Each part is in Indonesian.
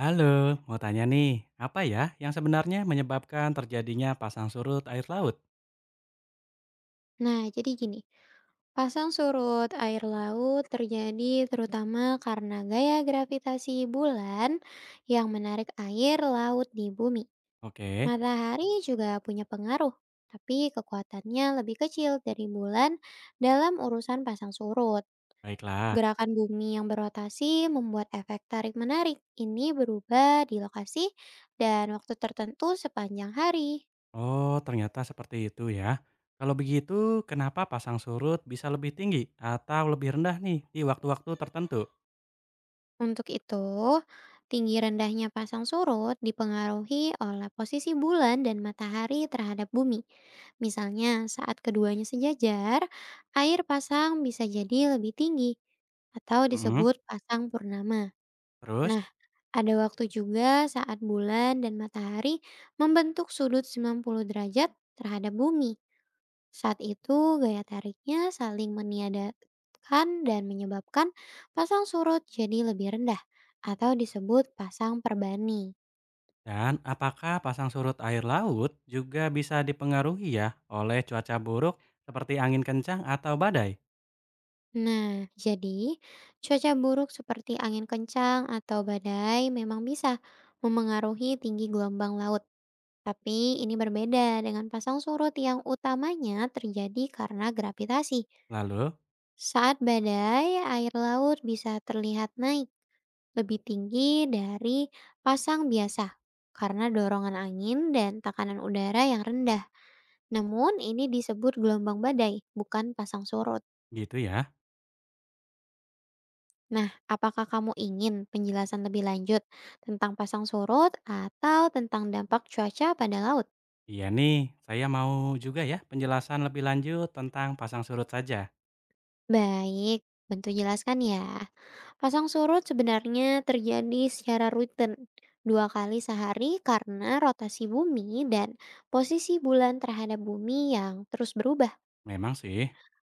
Halo, mau tanya nih, apa ya yang sebenarnya menyebabkan terjadinya pasang surut air laut? Nah, jadi gini, pasang surut air laut terjadi terutama karena gaya gravitasi bulan yang menarik air laut di bumi. Oke, Matahari juga punya pengaruh, tapi kekuatannya lebih kecil dari bulan dalam urusan pasang surut. baiklah. Gerakan bumi yang berotasi membuat efek tarik-menarik ini berubah di lokasi dan waktu tertentu sepanjang hari. Oh, ternyata seperti itu ya. Kalau begitu, kenapa pasang surut bisa lebih tinggi atau lebih rendah nih di waktu-waktu tertentu? Untuk itu, tinggi rendahnya pasang surut dipengaruhi oleh posisi bulan dan matahari terhadap bumi. Misalnya, saat keduanya sejajar, air pasang bisa jadi lebih tinggi atau Mm-mm. disebut pasang purnama. Terus, Nah, ada waktu juga saat bulan dan matahari membentuk sudut 90 derajat terhadap bumi. Saat itu gaya tariknya saling meniadakan dan menyebabkan pasang surut jadi lebih rendah atau disebut pasang perbani. dan apakah pasang surut air laut juga bisa dipengaruhi ya oleh cuaca buruk seperti angin kencang atau badai? Nah, jadi cuaca buruk seperti angin kencang atau badai memang bisa memengaruhi tinggi gelombang laut. Tapi ini berbeda dengan pasang surut yang utamanya terjadi karena gravitasi. Lalu, Saat badai, air laut bisa terlihat naik lebih tinggi dari pasang biasa karena dorongan angin dan tekanan udara yang rendah. Namun ini disebut gelombang badai, bukan pasang surut. gitu ya. Nah, apakah kamu ingin penjelasan lebih lanjut tentang pasang surut atau tentang dampak cuaca pada laut? Iya nih, saya mau juga ya penjelasan lebih lanjut tentang pasang surut saja. Baik, bentuk jelaskan ya. Pasang surut sebenarnya terjadi secara rutin 2 kali sehari karena rotasi bumi dan posisi bulan terhadap bumi yang terus berubah. Memang sih,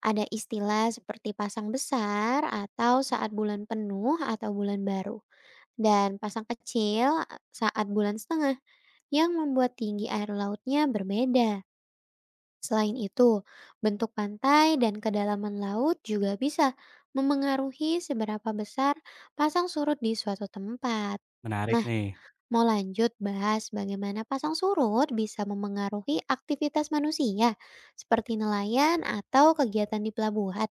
Ada istilah seperti pasang besar atau saat bulan penuh atau bulan baru, dan pasang kecil saat bulan setengah yang membuat tinggi air lautnya berbeda. Selain itu, bentuk pantai dan kedalaman laut juga bisa memengaruhi seberapa besar pasang surut di suatu tempat. menarik Nah, nih. mau lanjut bahas bagaimana pasang surut bisa memengaruhi aktivitas manusia, seperti nelayan atau kegiatan di pelabuhan.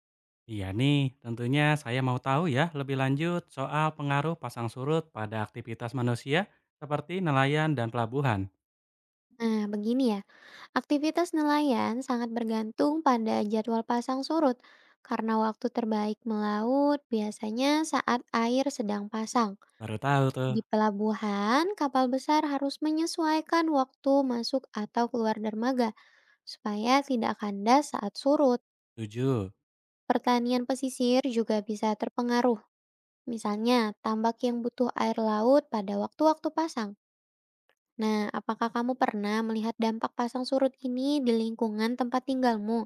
Iya nih, tentunya saya mau tahu ya lebih lanjut soal pengaruh pasang surut pada aktivitas manusia seperti nelayan dan pelabuhan. Nah, begini ya, aktivitas nelayan sangat bergantung pada jadwal pasang surut karena waktu terbaik melaut biasanya saat air sedang pasang. Baru tahu tuh. Di pelabuhan, kapal besar harus menyesuaikan waktu masuk atau keluar dermaga supaya tidak kandas saat surut. Tujuh. Pertanian pesisir juga bisa terpengaruh, misalnya tambak yang butuh air laut pada waktu-waktu pasang. Nah, apakah kamu pernah melihat dampak pasang surut ini di lingkungan tempat tinggalmu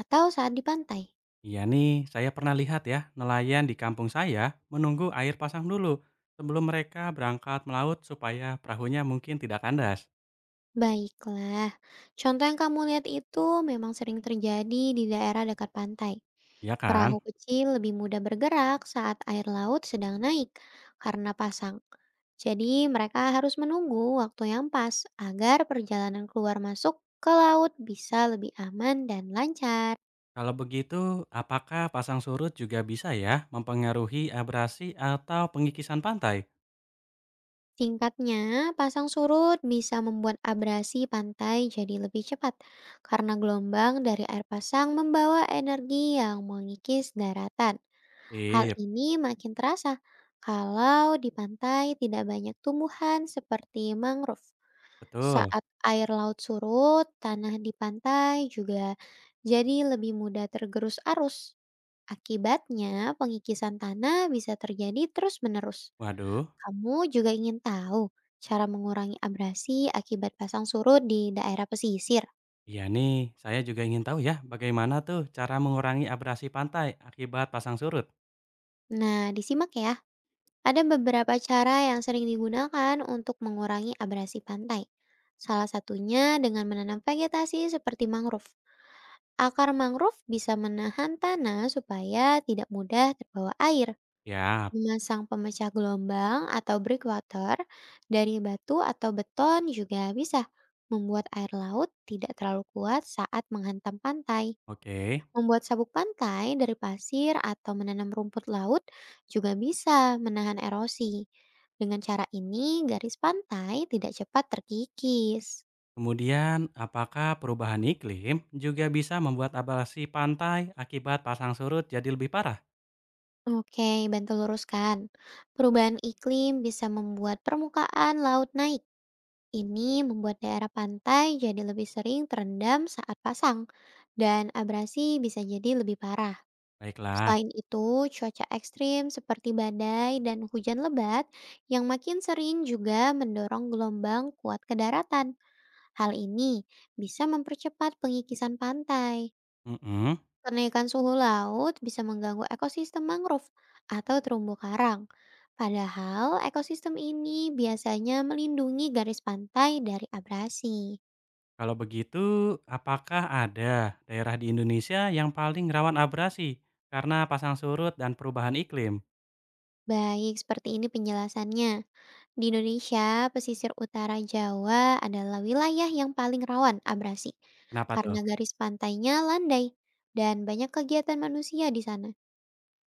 atau saat di pantai? Iya nih, saya pernah lihat ya nelayan di kampung saya menunggu air pasang dulu sebelum mereka berangkat melaut supaya perahunya mungkin tidak kandas. Baiklah, contoh yang kamu lihat itu memang sering terjadi di daerah dekat pantai. Iya kan? Perahu kecil lebih mudah bergerak saat air laut sedang naik karena pasang. Jadi, mereka harus menunggu waktu yang pas agar perjalanan keluar masuk ke laut bisa lebih aman dan lancar. Kalau begitu, apakah pasang surut juga bisa ya mempengaruhi abrasi atau pengikisan pantai? Singkatnya, pasang surut bisa membuat abrasi pantai jadi lebih cepat karena gelombang dari air pasang membawa energi yang mengikis daratan. Hal Sip, ini makin terasa kalau di pantai tidak banyak tumbuhan seperti mangrove. betul. Saat air laut surut, tanah di pantai juga jadi lebih mudah tergerus arus. Akibatnya, pengikisan tanah bisa terjadi terus-menerus. Waduh, Kamu juga ingin tahu cara mengurangi abrasi akibat pasang surut di daerah pesisir? iya nih, saya juga ingin tahu ya bagaimana tuh cara mengurangi abrasi pantai akibat pasang surut. Nah, disimak ya. Ada beberapa cara yang sering digunakan untuk mengurangi abrasi pantai. Salah satunya dengan menanam vegetasi seperti mangrove. Akar mangrove bisa menahan tanah supaya tidak mudah terbawa air. Ya, Memasang pemecah gelombang atau breakwater dari batu atau beton juga bisa membuat air laut tidak terlalu kuat saat menghantam pantai. oke. Membuat sabuk pantai dari pasir atau menanam rumput laut juga bisa menahan erosi. Dengan cara ini, garis pantai tidak cepat terkikis. Kemudian, apakah perubahan iklim juga bisa membuat abrasi pantai akibat pasang surut jadi lebih parah? Oke, bantu luruskan. Perubahan iklim bisa membuat permukaan laut naik. Ini membuat daerah pantai jadi lebih sering terendam saat pasang, dan abrasi bisa jadi lebih parah. Baiklah. Selain itu, cuaca ekstrim seperti badai dan hujan lebat yang makin sering juga mendorong gelombang kuat ke daratan. Hal ini bisa mempercepat pengikisan pantai. Mm-mm. Kenaikan suhu laut bisa mengganggu ekosistem mangrove atau terumbu karang. Padahal ekosistem ini biasanya melindungi garis pantai dari abrasi. Kalau begitu, apakah ada daerah di Indonesia yang paling rawan abrasi karena pasang surut dan perubahan iklim? Baik, seperti ini penjelasannya. Di Indonesia, pesisir utara Jawa adalah wilayah yang paling rawan abrasi Kenapa tuh? karena garis pantainya landai dan banyak kegiatan manusia di sana.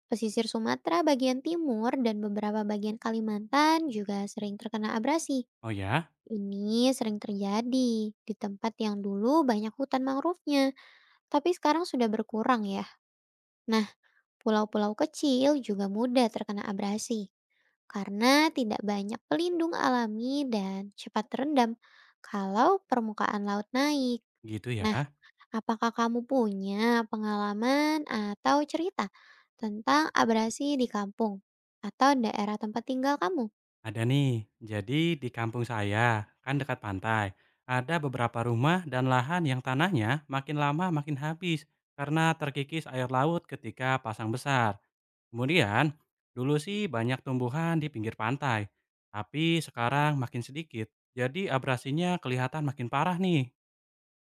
Pesisir Sumatera bagian timur dan beberapa bagian Kalimantan juga sering terkena abrasi. Oh ya, Ini sering terjadi di tempat yang dulu banyak hutan mangrove-nya, tapi sekarang sudah berkurang ya. Nah, pulau-pulau kecil juga mudah terkena abrasi karena tidak banyak pelindung alami dan cepat terendam kalau permukaan laut naik. gitu ya. Nah, apakah kamu punya pengalaman atau cerita tentang abrasi di kampung atau daerah tempat tinggal kamu? Ada nih. Jadi di kampung saya, kan dekat pantai, ada beberapa rumah dan lahan yang tanahnya makin lama makin habis karena terkikis air laut ketika pasang besar. Kemudian, dulu sih banyak tumbuhan di pinggir pantai, tapi sekarang makin sedikit. Jadi abrasinya kelihatan makin parah nih.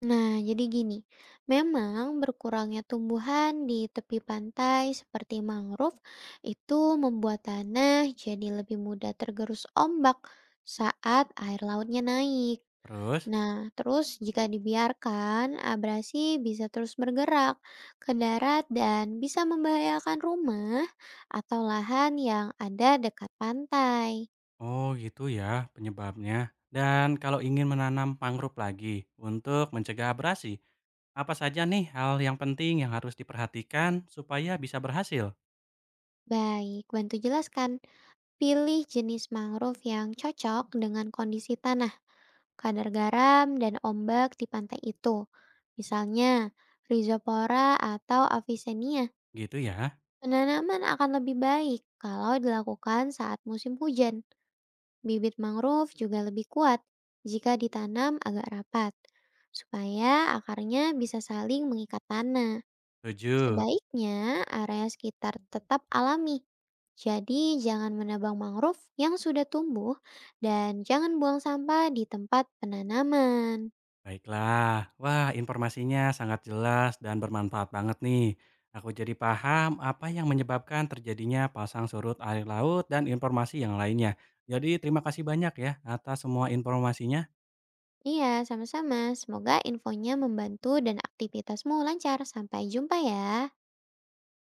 Nah, jadi gini, memang berkurangnya tumbuhan di tepi pantai seperti mangrove itu membuat tanah jadi lebih mudah tergerus ombak saat air lautnya naik. Terus? Nah, terus jika dibiarkan, abrasi bisa terus bergerak ke darat dan bisa membahayakan rumah atau lahan yang ada dekat pantai. Oh gitu ya penyebabnya. Dan kalau ingin menanam mangrove lagi untuk mencegah abrasi, apa saja nih hal yang penting yang harus diperhatikan supaya bisa berhasil? Baik, bantu jelaskan. Pilih jenis mangrove yang cocok dengan kondisi tanah, kadar garam, dan ombak di pantai itu. Misalnya, Rhizopora atau Avicennia. Gitu ya. Penanaman akan lebih baik kalau dilakukan saat musim hujan. Bibit mangrove juga lebih kuat jika ditanam agak rapat, supaya akarnya bisa saling mengikat tanah. Setuju. Sebaiknya area sekitar tetap alami. Jadi jangan menebang mangrove yang sudah tumbuh dan jangan buang sampah di tempat penanaman. Baiklah. Wah, informasinya sangat jelas dan bermanfaat banget nih. Aku jadi paham apa yang menyebabkan terjadinya pasang surut air laut dan informasi yang lainnya. Jadi terima kasih banyak ya atas semua informasinya. Iya, sama-sama. Semoga infonya membantu dan aktivitasmu lancar. Sampai jumpa ya.